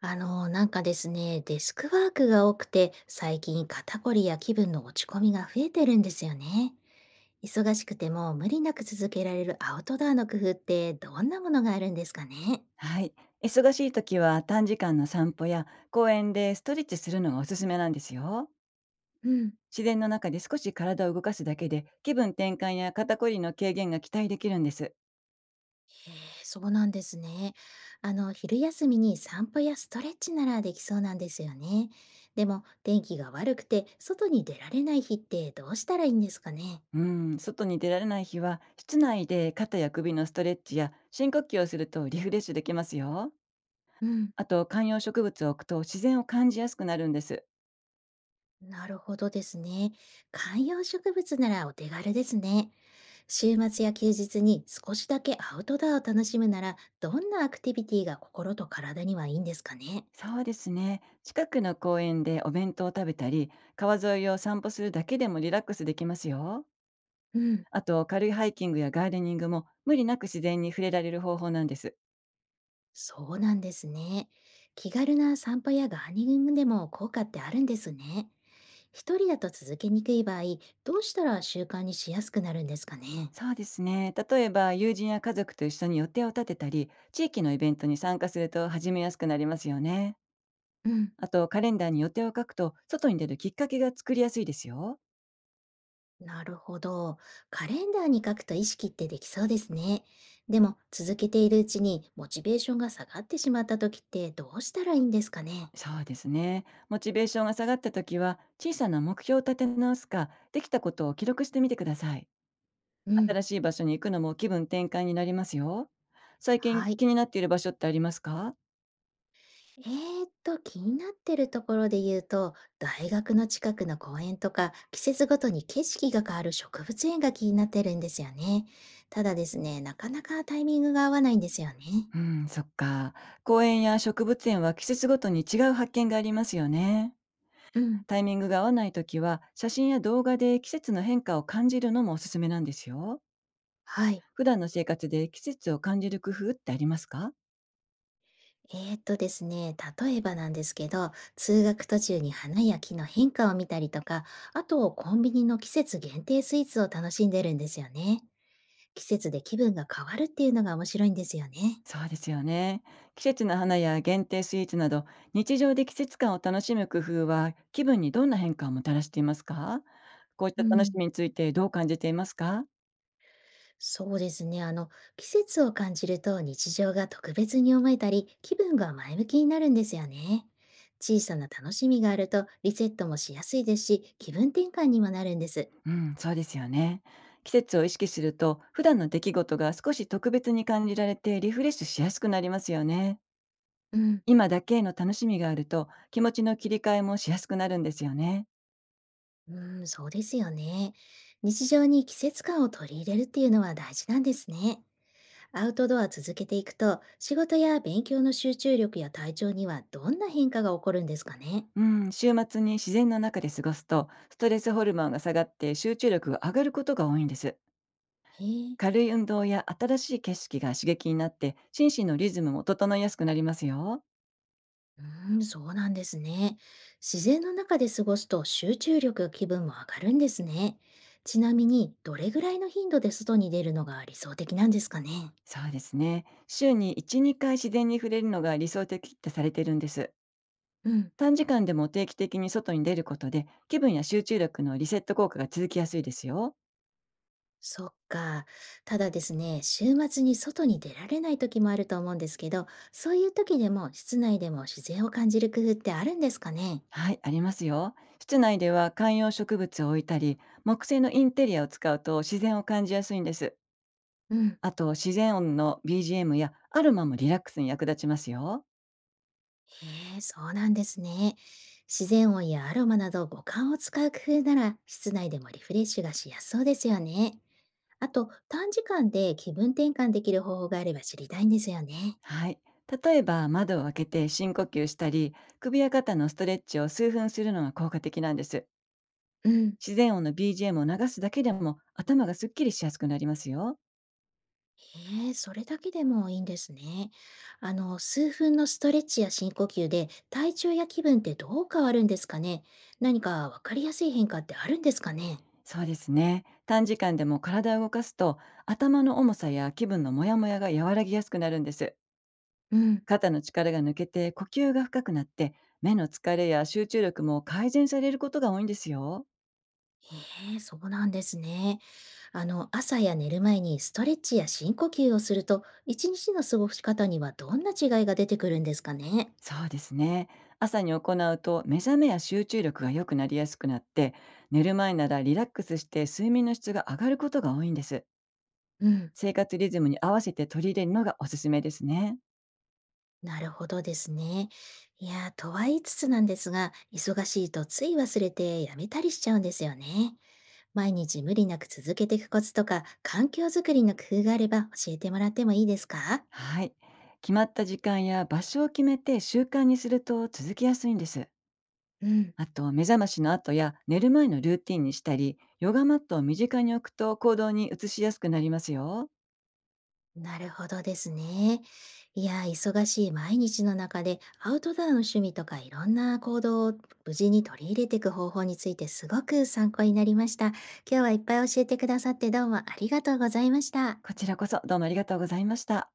なんかですね、デスクワークが多くて、最近肩こりや気分の落ち込みが増えてるんですよね。忙しくても無理なく続けられるアウトドアの工夫ってどんなものがあるんですかね？はい。忙しい時は短時間の散歩や公園でストレッチするのがおすすめなんですよ。うん。自然の中で少し体を動かすだけで気分転換や肩こりの軽減が期待できるんです。へえ、そうなんですね。昼休みに散歩やストレッチならできそうなんですよね。でも、天気が悪くて外に出られない日ってどうしたらいいんですかね？うん、外に出られない日は室内で肩や首のストレッチや深呼吸をするとリフレッシュできますよ。うん。あと観葉植物を置くと自然を感じやすくなるんです。なるほどですね。観葉植物ならお手軽ですね。週末や休日に少しだけアウトドアを楽しむなら、どんなアクティビティが心と体にはいいんですかね？そうですね。近くの公園でお弁当を食べたり、川沿いを散歩するだけでもリラックスできますよ。うん、あと軽いハイキングやガーデニングも無理なく自然に触れられる方法なんです。そうなんですね。気軽な散歩やガーデニングでも効果ってあるんですね。一人だと続けにくい場合、どうしたら習慣にしやすくなるんですかね？そうですね。例えば友人や家族と一緒に予定を立てたり、地域のイベントに参加すると始めやすくなりますよね。うん。あとカレンダーに予定を書くと外に出るきっかけが作りやすいですよ。なるほど。カレンダーに書くと意識ってできそうですね。でも続けているうちにモチベーションが下がってしまった時ってどうしたらいいんですかね？そうですね。モチベーションが下がった時は小さな目標を立て直すか、できたことを記録してみてください。うん。新しい場所に行くのも気分転換になりますよ。最近はい。気になっている場所ってありますか？え気になってるところで言うと、大学の近くの公園とか、季節ごとに景色が変わる植物園が気になってるんですよね。ただですね、なかなかタイミングが合わないんですよね。うん、そっか。公園や植物園は季節ごとに違う発見がありますよね。うん。タイミングが合わないときは、写真や動画で季節の変化を感じるのもおすすめなんですよ。はい。普段の生活で季節を感じる工夫ってありますか？ですね、例えばなんですけど、通学途中に花や木の変化を見たりとか、あとコンビニの季節限定スイーツを楽しんでるんですよね。季節で気分が変わるっていうのが面白いんですよね。そうですよね。季節の花や限定スイーツなど、日常で季節感を楽しむ工夫は気分にどんな変化をもたらしていますか？こういっうた楽しん。みについてどう感じていますか？そうですね、季節を感じると日常が特別に思えたり、気分が前向きになるんですよね。小さな楽しみがあるとリセットもしやすいですし、気分転換にもなるんです。うん、そうですよね。季節を意識すると、普段の出来事が少し特別に感じられてリフレッシュしやすくなりますよね。うん。今だけの楽しみがあると、気持ちの切り替えもしやすくなるんですよね。うーん、そうですよね。日常に季節感を取り入れるっていうのは大事なんですね。アウトドア続けていくと、仕事や勉強の集中力や体調にはどんな変化が起こるんですかね。うん、週末に自然の中で過ごすと、ストレスホルモンが下がって集中力が上がることが多いんです。へえ。軽い運動や新しい景色が刺激になって、心身のリズムも整いやすくなりますよ。うーん、そうなんですね。自然の中で過ごすと集中力、気分も上がるんですね。ちなみに、どれぐらいの頻度で外に出るのが理想的なんですかね。そうですね。週に1、2回自然に触れるのが理想的ってされてるんです。うん。短時間でも定期的に外に出ることで、気分や集中力のリセット効果が続きやすいですよ。そっか。ただですね、週末に外に出られない時もあると思うんですけど、そういう時でも室内でも自然を感じる工夫ってあるんですかね？はい、ありますよ。室内では観葉植物を置いたり、木製のインテリアを使うと自然を感じやすいんです。うん。あと、自然音の BGM やアロマもリラックスに役立ちますよ。へえ、そうなんですね。自然音やアロマなど五感を使う工夫なら室内でもリフレッシュがしやすそうですよね。あと、短時間で気分転換できる方法があれば知りたいんですよね。はい。例えば、窓を開けて深呼吸したり、首や肩のストレッチを数分するのが効果的なんです。うん。自然音の BGM を流すだけでも頭がすっきりしやすくなりますよ。へえ、それだけでもいいんですね。数分のストレッチや深呼吸で体調や気分ってどう変わるんですかね？何かわかりやすい変化ってあるんですかね？そうですね。短時間でも体を動かすと、頭の重さや気分のモヤモヤが和らぎやすくなるんです。うん。肩の力が抜けて呼吸が深くなって、目の疲れや集中力も改善されることが多いんですよ。へえ、そうなんですね。朝や寝る前にストレッチや深呼吸をすると、一日の過ごし方にはどんな違いが出てくるんですかね？そうですね。朝に行うと目覚めや集中力が良くなりやすくなって、寝る前ならリラックスして睡眠の質が上がることが多いんです。うん、生活リズムに合わせて取り入れるのがおすすめですね。なるほどですね。いやー、とは言いつつなんですが、忙しいとつい忘れてやめたりしちゃうんですよね。毎日無理なく続けていくコツとか、環境づくりの工夫があれば教えてもらってもいいですか？はい。決まった時間や場所を決めて習慣にすると続きやすいんです。うん、あと、目覚ましの後や寝る前のルーティンにしたり、ヨガマットを身近に置くと行動に移しやすくなりますよ。なるほどですね。いや、忙しい毎日の中でアウトドアの趣味とかいろんな行動を無事に取り入れていく方法についてすごく参考になりました。今日はいっぱい教えてくださってどうもありがとうございました。こちらこそどうもありがとうございました。